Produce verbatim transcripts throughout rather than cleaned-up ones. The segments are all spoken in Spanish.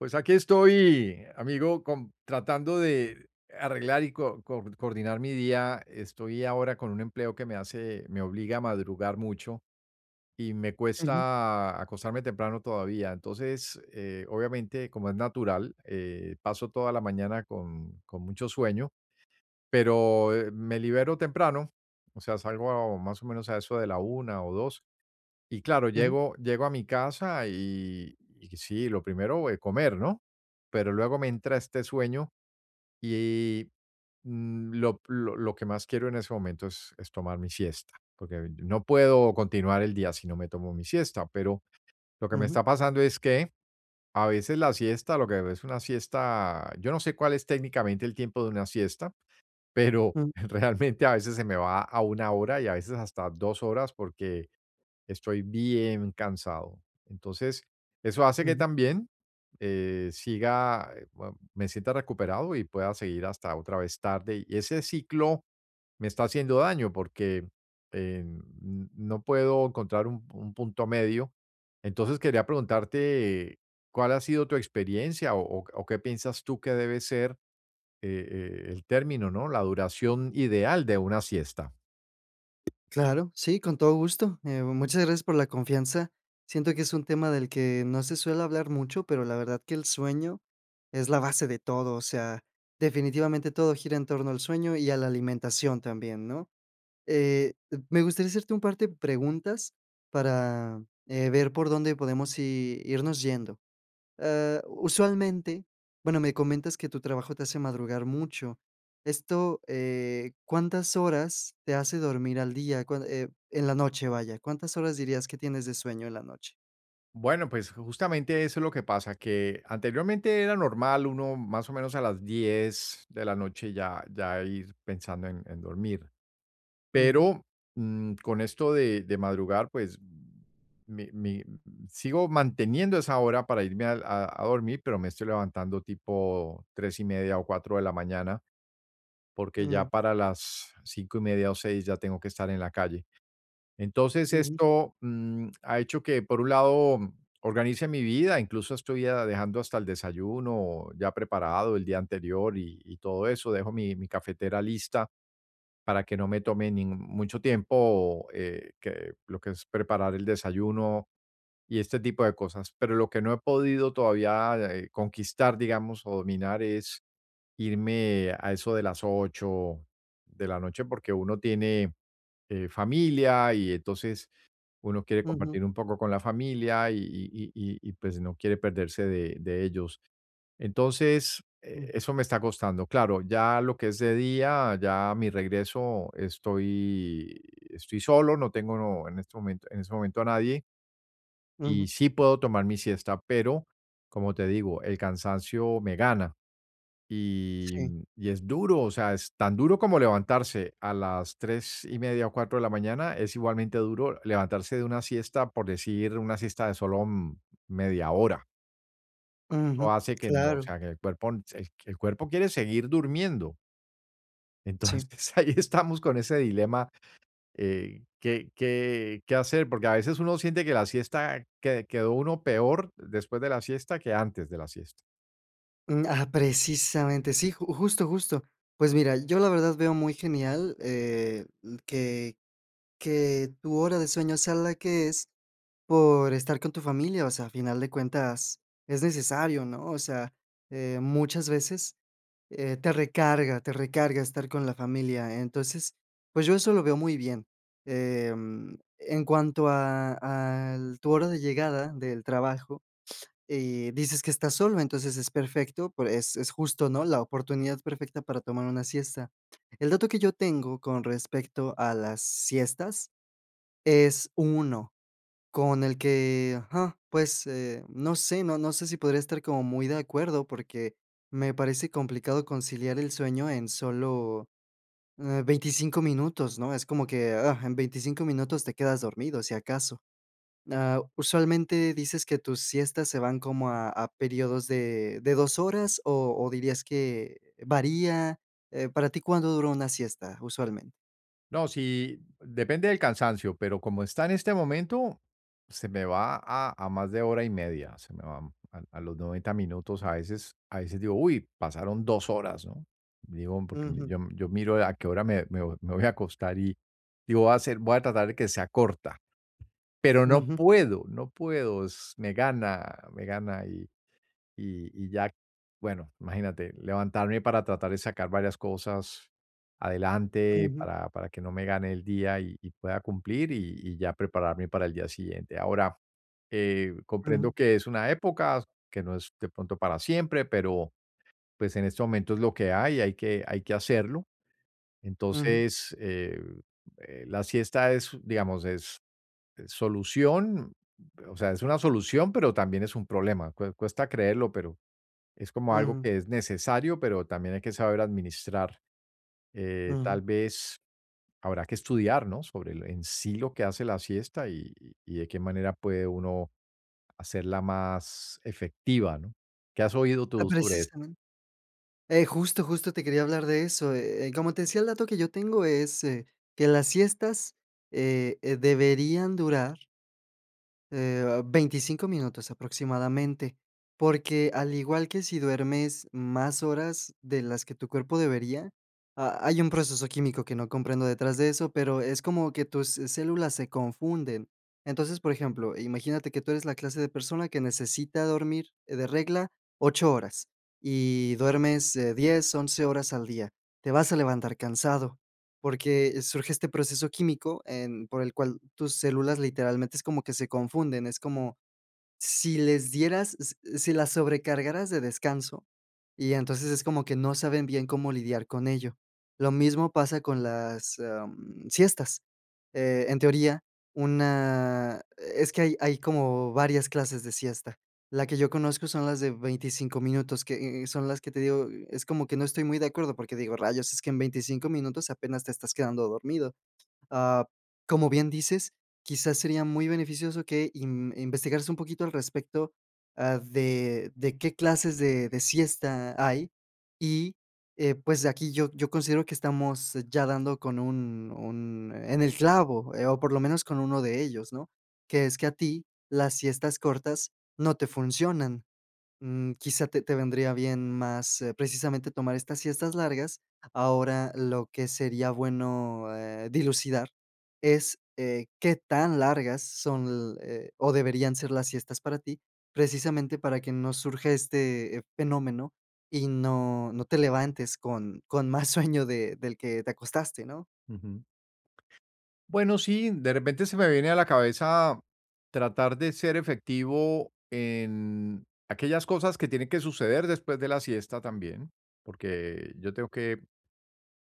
Pues aquí estoy, amigo, con- tratando de arreglar y co- co- coordinar mi día. Estoy ahora con un empleo que me hace, me obliga a madrugar mucho y me Ujú, cuesta acostarme temprano todavía. Entonces, eh, obviamente, como es natural, eh, paso toda la mañana con, con mucho sueño, pero eh, me libero temprano. O sea, salgo a- más o menos a eso de la una o dos y claro, ujú, llego llego a mi casa y y sí, lo primero, es comer, ¿no? Pero luego me entra este sueño y, mm, lo lo lo que más quiero en ese momento es es tomar mi siesta, porque no puedo continuar el día si no me tomo mi siesta, pero lo que me ujú, está pasando es que a veces la siesta, lo que es una siesta, yo no sé cuál es técnicamente el tiempo de una siesta, pero ujú, realmente a veces se me va a una hora y a veces hasta dos horas porque estoy bien cansado. Entonces, eso hace que ujú. también eh, siga, eh, bueno, me sienta recuperado y pueda seguir hasta otra vez tarde. Y ese ciclo me está haciendo daño porque eh, n- no puedo encontrar un, un punto medio. Entonces, quería preguntarte eh, cuál ha sido tu experiencia o, o- o qué piensas tú que debe ser eh, eh, el término, ¿no? La duración ideal de una siesta. Claro, sí, con todo gusto. Eh, muchas gracias por la confianza. Siento que es un tema del que no se suele hablar mucho, pero la verdad que el sueño es la base de todo. O sea, definitivamente todo gira en torno al sueño y a la alimentación también, ¿no? Eh, Me gustaría hacerte un par de preguntas para eh, ver por dónde podemos i- irnos yendo. Ah, usualmente, bueno, me comentas que tu trabajo te hace madrugar mucho. Esto, eh, ¿cuántas horas te hace dormir al día? Cuán- eh, en la noche, vaya. ¿Cuántas horas dirías que tienes de sueño en la noche? Bueno, pues, justamente eso es lo que pasa, que anteriormente era normal uno más o menos a las diez de la noche ya ya ir pensando en en dormir, Ujú, pero, mm, con esto de de madrugar, pues, mi mi sigo manteniendo esa hora para irme al a a dormir, pero me estoy levantando tipo tres y media o cuatro de la mañana, porque ya mm, para las cinco y media o seis ya tengo que estar en la calle. Entonces, ujú, esto, mm, ha hecho que, por un lado, organice mi vida, incluso estoy ya dejando hasta el desayuno ya preparado el día anterior y y todo eso. Dejo mi mi cafetera lista para que no me tome nin mucho tiempo, eh, que lo que es preparar el desayuno y este tipo de cosas. Pero lo que no he podido todavía, eh, conquistar, digamos, o dominar es irme a eso de las ocho de la noche, porque uno tiene, eh, familia y entonces uno quiere ujú, compartir un poco con la familia y y y y pues no quiere perderse de de ellos. Entonces, eh, mm, eso me está costando. Claro, ya lo que es de día, ya mi regreso estoy estoy solo, no tengo no en este momento en ese momento a nadie. Y ujú, sí puedo tomar mi siesta, pero, como te digo, el cansancio me gana y sí, y es duro, o sea, es tan duro como levantarse a las tres y media o cuatro de la mañana, es igualmente duro levantarse de una siesta, por decir, una siesta de solo, mm, media hora. Eso ujú, hace que no, o claro, sea, que el cuerpo el el cuerpo quiere seguir durmiendo. sí. Entonces, ahí estamos con ese dilema eh, ¿qué qué qué hacer? Porque a veces uno siente que la siesta que quedó uno peor después de la siesta que antes de la siesta. Mm, ah, precisamente, sí, ju- justo, justo. Pues mira, yo la verdad veo muy genial eh, que, que tu hora de sueño sea la que es, Por estar con tu familia, o sea, a final de cuentas es necesario, ¿no? O sea, eh, muchas veces, eh, te recarga te recarga estar con la familia. Entonces, pues, yo eso lo veo muy bien. Em, en cuanto a al tu hora de llegada del trabajo, eh, dices que estás solo, entonces es perfecto, por es es justo, ¿no? La oportunidad perfecta para tomar una siesta. El dato que yo tengo con respecto a las siestas es uno. Con el que, ajá, pues, eh, no sé, no no sé si podría estar como muy de acuerdo, porque me parece complicado conciliar el sueño en solo, eh, veinticinco minutos, ¿no? Es como que, ah, en veinticinco minutos te quedas dormido, si acaso. Ah, usualmente dices que tus siestas se van como a a periodos de de dos horas, o o dirías que varía, eh, ¿para ti cuánto dura una siesta usualmente? No, sí, depende del cansancio, pero como está en este momento, se me va a a más de hora y media, se me va a a los noventa minutos. A veces a veces digo: "Uy, pasaron dos horas", ¿no? Digo, porque mi- Ujú, yo yo miro a qué hora me me vo- me voy a acostar y digo: "Voy a hacer voy a tratar de que sea corta", pero no ujú, puedo, no puedo, es me gana, me gana. Y, Y, y ya, bueno, imagínate, levantarme para tratar de sacar varias cosas adelante ujú, para, para que no me gane el día y, y pueda cumplir y, y ya prepararme para el día siguiente. Ahora, eh, comprendo ujú, que es una época que no es de pronto para siempre, pero pues en este momento es lo que hay, hay que, hay que hacerlo. ujú, Entonces, eh, eh, la siesta es, digamos, es eh, solución, o sea, es una solución, pero también es un problema. Cue- Cuesta creerlo, pero es como algo ujú, que es necesario, pero también hay que saber administrar. Eh, tal ujú. vez habrá que estudiar, ¿no? Sobre el- en sí lo que hace la siesta y, y- y de qué manera puede uno hacerla más efectiva, ¿no? ¿Qué has oído Ah, tú sobre eso? precisamente. Eh, justo, justo te quería hablar de eso. Eh, eh, como te decía, el dato que yo tengo es, eh, que las siestas, eh, eh, deberían durar eh, veinticinco minutos aproximadamente, porque al igual que si duermes más horas de las que tu cuerpo debería, ha hay un proceso químico que no comprendo detrás de eso, pero es como que tus células se confunden. Entonces, por ejemplo, imagínate que tú eres la clase de persona que necesita dormir eh, de regla ocho horas y duermes, eh, diez, once horas al día. Te vas a levantar cansado. Porque surge este proceso químico en por el cual tus células literalmente es como que se confunden, es como, si les dieras s si las sobrecargaras de descanso, y entonces es como que no saben bien cómo lidiar con ello. Lo mismo pasa con las, am, siestas. Eh, en teoría, una es que hay hay como varias clases de siesta. La que yo conozco son las de veinticinco minutos, que, eh, son las que te digo, es como que no estoy muy de acuerdo, porque digo: "Rayos, es que en veinticinco minutos apenas te estás quedando dormido". Ah, como bien dices, quizás sería muy beneficioso que in investigaras un poquito al respecto, ah, de de qué clases de de siesta hay y, eh, pues, aquí yo yo considero que estamos ya dando con un un en el clavo, eh, o por lo menos con uno de ellos, ¿no? Que es que a ti las siestas cortas no te funcionan. Mm, quizá te te vendría bien más, eh, precisamente tomar estas siestas largas. Ahora, lo que sería bueno, eh, dilucidar es, eh, qué tan largas son, eh, o deberían ser las siestas para ti, precisamente para que no surja este, eh, fenómeno y no no te levantes con con más sueño de del que te acostaste, ¿no? Ujú. Bueno, sí, de repente se me viene a la cabeza tratar de ser efectivo en aquellas cosas que tienen que suceder después de la siesta también, porque yo tengo que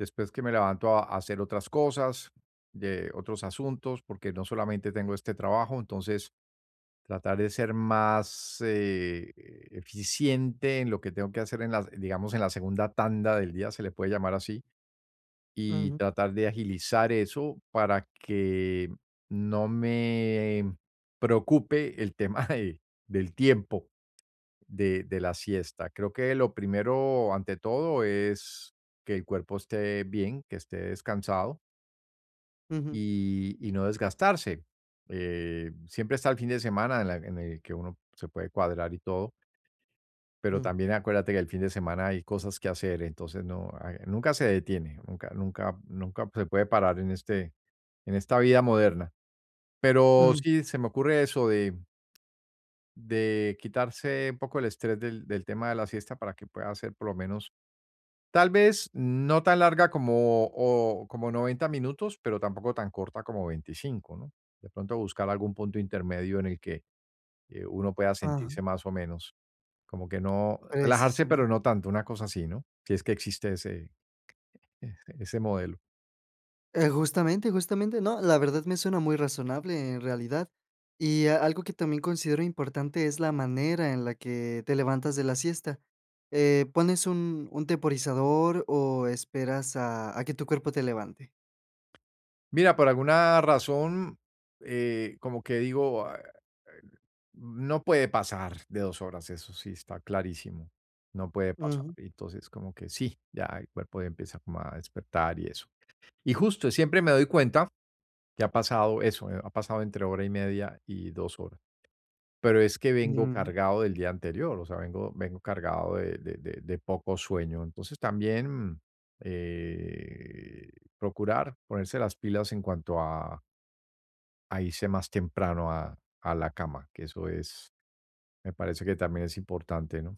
después que me levanto a a hacer otras cosas, de otros asuntos, porque no solamente tengo este trabajo, entonces tratar de ser más eh, eficiente en lo que tengo que hacer en la, digamos, en la segunda tanda del día, se le puede llamar así, y Ujú, tratar de agilizar eso para que no me preocupe el tema de- del tiempo de, de la siesta. Creo que lo primero, ante todo, es que el cuerpo esté bien, que esté descansado ujú, y, y no desgastarse. Eh, siempre está el fin de semana en, la- en el que uno se puede cuadrar y todo, pero mm, también acuérdate que el fin de semana hay cosas que hacer, entonces no, ah, nunca se detiene, nunca, nunca, nunca se puede parar en este, en esta vida moderna. Pero mm, sí, se me ocurre eso de, de quitarse un poco el estrés del, del tema de la siesta para que pueda hacer por lo menos. Tal vez no tan larga como, o como noventa minutos, pero tampoco tan corta como veinticinco, ¿no? De pronto buscar algún punto intermedio en el que, eh, uno pueda ajá, sentirse más o menos, como que no relajarse, pero precisamente. no tanto, una cosa así, ¿no? Si es que existe ese ese ese modelo. Eh, justamente, justamente, no, la verdad me suena muy razonable en realidad. Y a algo que también considero importante es la manera en la que te levantas de la siesta. Eh, ¿pones un un temporizador o esperas a a que tu cuerpo te levante? Mira, por alguna razón, eh, como que digo, ah, no puede pasar de dos horas, eso sí está clarísimo, no puede pasar. Ujú, Y entonces como que sí, ya el cuerpo ya empieza como a despertar y eso. Y justo, siempre me doy cuenta que ha pasado eso, eh, ha pasado entre hora y media y dos horas. Pero es que vengo ujú. cargado del día anterior, o sea, vengo, vengo cargado de, de- de- de poco sueño. Entonces también eh, procurar ponerse las pilas en cuanto a, a irse más temprano a, a la cama, que eso es, me parece que también es importante, ¿no?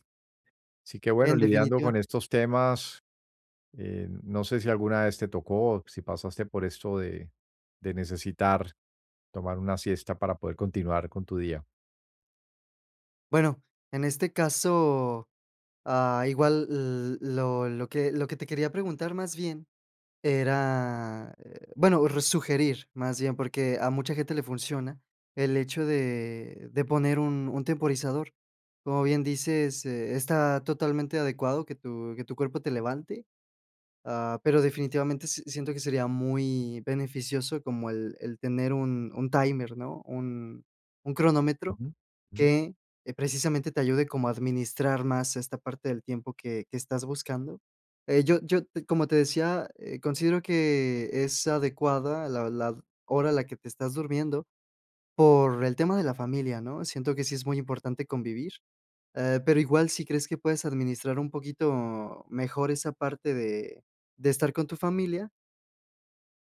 Así que bueno, En lidiando definitiva. con estos temas. Eh, no sé si alguna vez te tocó, si pasaste por esto de, de necesitar tomar una siesta para poder continuar con tu día. Bueno, en este caso, ah, igual l lo lo que lo que te quería preguntar más bien Era, eh, bueno, r sugerir, más bien, porque a mucha gente le funciona el hecho de de poner un un temporizador. Como bien dices, eh, está totalmente adecuado que tu que tu cuerpo te levante, ah, pero definitivamente si siento que sería muy beneficioso como el el tener un un timer, ¿no? Un un cronómetro Ujú, ujú, que, eh, precisamente te ayude como a administrar más esta parte del tiempo que que estás buscando. Eh, yo yo, te Como te decía, eh, considero que es adecuada la la hora a la que te estás durmiendo por el tema de la familia, ¿no? Siento que sí es muy importante convivir, eh, pero igual si crees que puedes administrar un poquito mejor esa parte de de estar con tu familia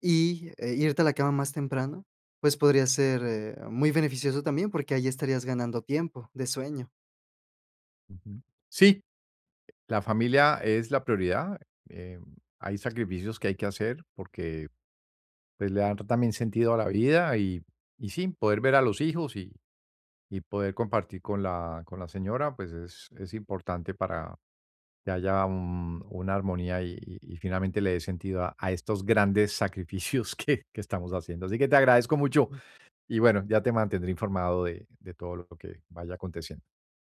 y, eh, irte a la cama más temprano, pues podría ser, eh, muy beneficioso también, porque ahí estarías ganando tiempo de sueño. ujú. Sí, la familia es la prioridad. eh, Hay sacrificios que hay que hacer porque pues, le dan también sentido a la vida y, y sí, poder ver a los hijos y, y poder compartir con la, con la señora, pues es, es importante que haya un- una armonía y, y- y finalmente le dé sentido a, a estos grandes sacrificios que, que estamos haciendo. Así que te agradezco mucho y bueno, ya te mantendré informado de de todo lo que vaya aconteciendo.